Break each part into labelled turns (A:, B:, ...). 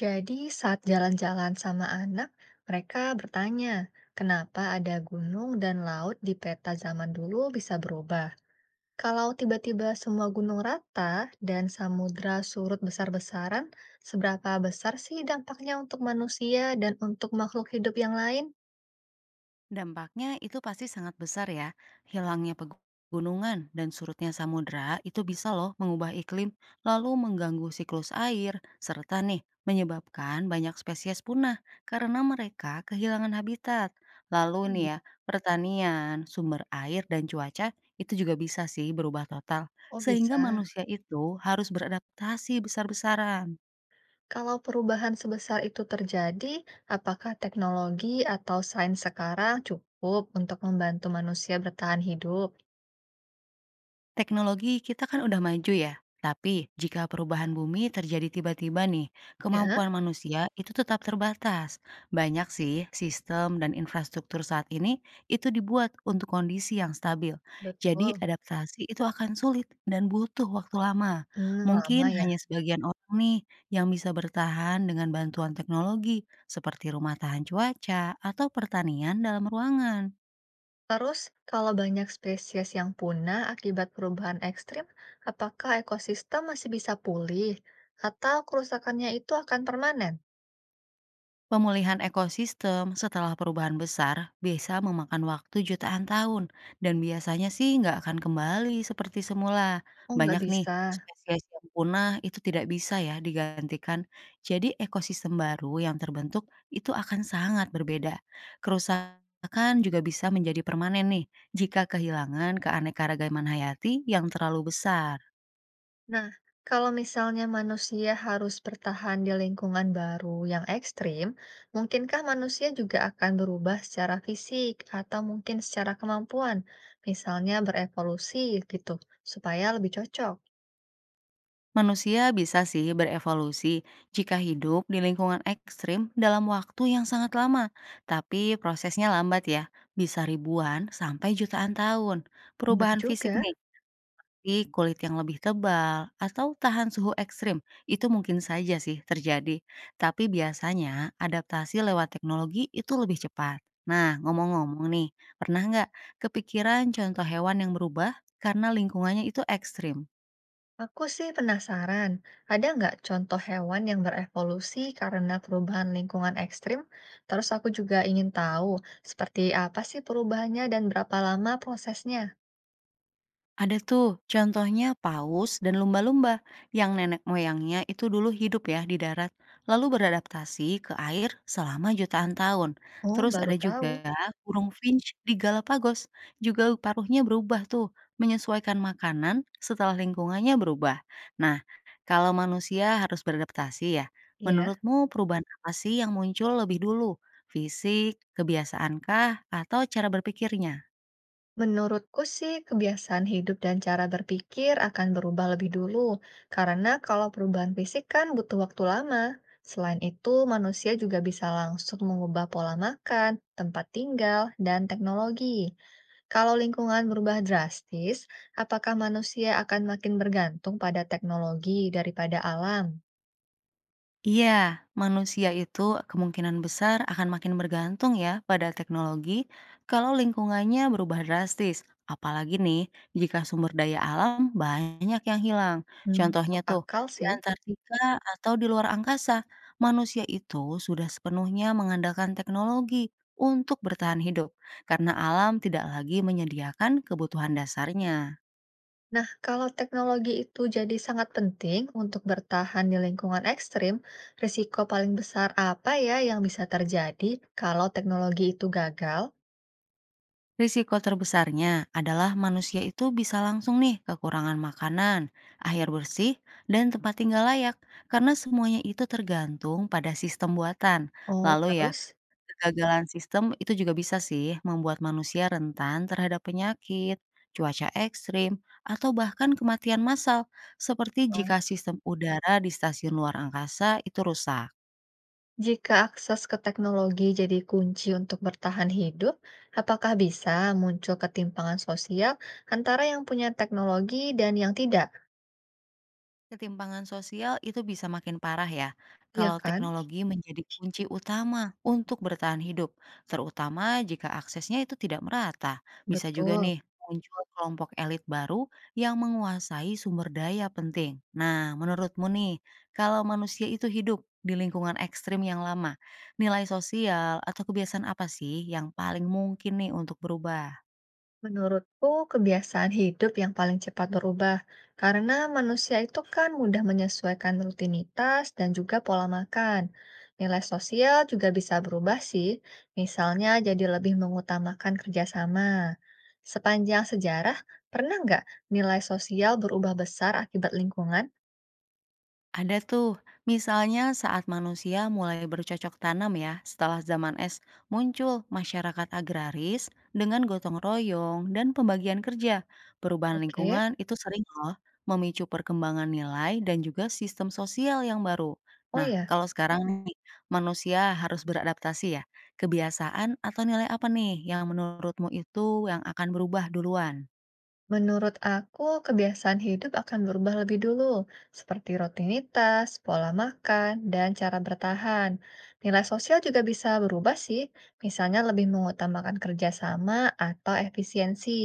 A: Jadi saat jalan-jalan sama anak, mereka bertanya, kenapa ada gunung dan laut di peta zaman dulu bisa berubah? Kalau tiba-tiba semua gunung rata dan samudra surut besar-besaran, seberapa besar sih dampaknya untuk manusia dan untuk makhluk hidup yang lain?
B: Dampaknya itu pasti sangat besar ya. Hilangnya pegunungan dan surutnya samudra itu bisa loh mengubah iklim, lalu mengganggu siklus air, serta nih menyebabkan banyak spesies punah karena mereka kehilangan habitat. Lalu nih
A: Iya.
B: ya, pertanian, sumber air, dan cuaca itu juga bisa sih berubah total.
A: Oh
B: Sehingga
A: bisa.
B: manusia itu harus beradaptasi besar-besaran.
A: Kalau perubahan sebesar itu terjadi, apakah teknologi atau sains sekarang cukup untuk membantu manusia bertahan hidup?
B: Teknologi kita kan udah maju ya, tapi jika perubahan bumi terjadi tiba-tiba nih,
A: Ya,
B: kemampuan manusia itu tetap terbatas. Banyak sih sistem dan infrastruktur saat ini itu dibuat untuk kondisi yang stabil. Jadi
A: betul.
B: adaptasi itu akan sulit dan butuh waktu lama.
A: Hmm, lama
B: Mungkin
A: ya.
B: hanya sebagian orang nih yang bisa bertahan dengan bantuan teknologi seperti rumah tahan cuaca atau pertanian dalam ruangan.
A: Terus, kalau banyak spesies yang punah akibat perubahan ekstrim, apakah ekosistem masih bisa pulih? Atau kerusakannya itu akan permanen?
B: Pemulihan ekosistem setelah perubahan besar bisa memakan waktu jutaan tahun dan biasanya sih nggak akan kembali seperti semula.
A: Oh, nggak
B: Banyak nih
A: bisa.
B: spesies yang punah itu tidak bisa ya digantikan. Jadi ekosistem baru yang terbentuk itu akan sangat berbeda. Kerusakan juga bisa menjadi permanen nih jika kehilangan keanekaragaman hayati yang terlalu besar.
A: Nah, kalau misalnya manusia harus bertahan di lingkungan baru yang ekstrim, mungkinkah manusia juga akan berubah secara fisik atau mungkin secara kemampuan, misalnya berevolusi gitu, supaya lebih cocok?
B: Manusia bisa sih berevolusi jika hidup di lingkungan ekstrim dalam waktu yang sangat lama, tapi prosesnya lambat ya, bisa ribuan sampai jutaan tahun.
A: Bener
B: Perubahan fisik
A: juga.
B: nih, di kulit yang lebih tebal atau tahan suhu ekstrim, itu mungkin saja sih terjadi. Tapi biasanya adaptasi lewat teknologi itu lebih cepat. Nah, ngomong-ngomong nih, pernah nggak kepikiran contoh hewan yang berubah karena lingkungannya itu ekstrim?
A: Aku sih penasaran, ada nggak contoh hewan yang berevolusi karena perubahan lingkungan ekstrim? Terus aku juga ingin tahu, seperti apa sih perubahannya dan berapa lama prosesnya?
B: Ada tuh, contohnya paus dan lumba-lumba yang nenek moyangnya itu dulu hidup ya di darat, lalu beradaptasi ke air selama jutaan tahun.
A: Oh,
B: Terus
A: baru
B: ada
A: tahu.
B: juga burung finch di Galapagos, juga paruhnya berubah tuh, menyesuaikan makanan setelah lingkungannya berubah. Nah, kalau manusia harus beradaptasi ya,
A: Ya,
B: menurutmu perubahan apa sih yang muncul lebih dulu? Fisik, kebiasaankah, atau cara berpikirnya?
A: menurutku sih kebiasaan hidup dan cara berpikir akan berubah lebih dulu, karena kalau perubahan fisik kan butuh waktu lama. Selain itu, manusia juga bisa langsung mengubah pola makan, tempat tinggal, dan teknologi. Kalau lingkungan berubah drastis, apakah manusia akan makin bergantung pada teknologi daripada alam?
B: Iya, manusia itu kemungkinan besar akan makin bergantung ya pada teknologi kalau lingkungannya berubah drastis. Apalagi nih, jika sumber daya alam banyak yang hilang.
A: Hmm.
B: Contohnya
A: Masuk
B: tuh,
A: akal
B: di
A: sih.
B: Antartika atau di luar angkasa, manusia itu sudah sepenuhnya mengandalkan teknologi untuk bertahan hidup, karena alam tidak lagi menyediakan kebutuhan dasarnya.
A: Nah, kalau teknologi itu jadi sangat penting untuk bertahan di lingkungan ekstrim, risiko paling besar apa ya yang bisa terjadi kalau teknologi itu gagal?
B: Risiko terbesarnya adalah manusia itu bisa langsung nih kekurangan makanan, air bersih, dan tempat tinggal layak karena semuanya itu tergantung pada sistem buatan.
A: Oh,
B: Lalu ya,
A: terus,
B: kegagalan sistem itu juga bisa sih membuat manusia rentan terhadap penyakit, cuaca ekstrim, atau bahkan kematian massal seperti jika
A: eh,
B: sistem udara di stasiun luar angkasa itu rusak.
A: jika akses ke teknologi jadi kunci untuk bertahan hidup, apakah bisa muncul ketimpangan sosial antara yang punya teknologi dan yang tidak?
B: Ketimpangan sosial itu bisa makin parah ya,
A: Iya
B: kalau
A: kan?
B: teknologi menjadi kunci utama untuk bertahan hidup, terutama jika aksesnya itu tidak merata. Bisa juga
A: Betul.
B: nih muncul kelompok elit baru yang menguasai sumber daya penting. Nah, menurutmu nih, kalau manusia itu hidup di lingkungan ekstrim yang lama, nilai sosial atau kebiasaan apa sih yang paling mungkin nih untuk berubah?
A: Menurutku, kebiasaan hidup yang paling cepat berubah karena manusia itu kan mudah menyesuaikan rutinitas dan juga pola makan. Nilai sosial juga bisa berubah sih, misalnya jadi lebih mengutamakan kerjasama. Sepanjang sejarah, pernah nggak nilai sosial berubah besar akibat lingkungan?
B: Ada tuh, misalnya saat manusia mulai bercocok tanam ya, setelah zaman es muncul masyarakat agraris dengan gotong royong dan pembagian kerja. Perubahan
A: Oke,
B: lingkungan itu sering loh memicu perkembangan nilai dan juga sistem sosial yang baru.
A: oh
B: Nah,
A: ya.
B: kalau sekarang nih manusia harus beradaptasi ya, kebiasaan atau nilai apa nih yang menurutmu itu yang akan berubah duluan?
A: Menurut aku, kebiasaan hidup akan berubah lebih dulu, seperti rutinitas, pola makan, dan cara bertahan. Nilai sosial juga bisa berubah sih, misalnya lebih mengutamakan kerjasama atau efisiensi.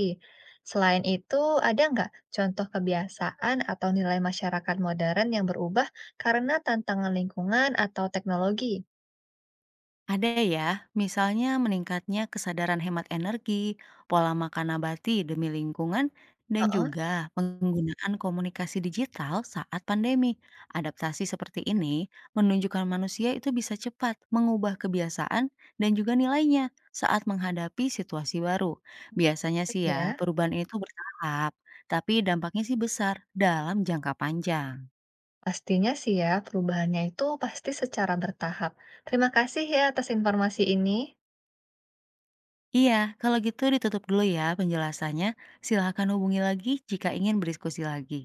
A: Selain itu, ada nggak contoh kebiasaan atau nilai masyarakat modern yang berubah karena tantangan lingkungan atau teknologi?
B: Ada ya, misalnya meningkatnya kesadaran hemat energi, pola makan nabati demi lingkungan, dan
A: Heeh,
B: juga penggunaan komunikasi digital saat pandemi. Adaptasi seperti ini menunjukkan manusia itu bisa cepat mengubah kebiasaan dan juga nilainya saat menghadapi situasi baru. Biasanya
A: menarik
B: sih ya,
A: ya.
B: perubahan itu bertahap, tapi dampaknya sih besar dalam jangka panjang.
A: Pastinya sih ya, perubahannya itu pasti secara bertahap. Terima kasih ya atas informasi ini.
B: Iya, kalau gitu ditutup dulu ya penjelasannya. Silahkan hubungi lagi jika ingin berdiskusi lagi.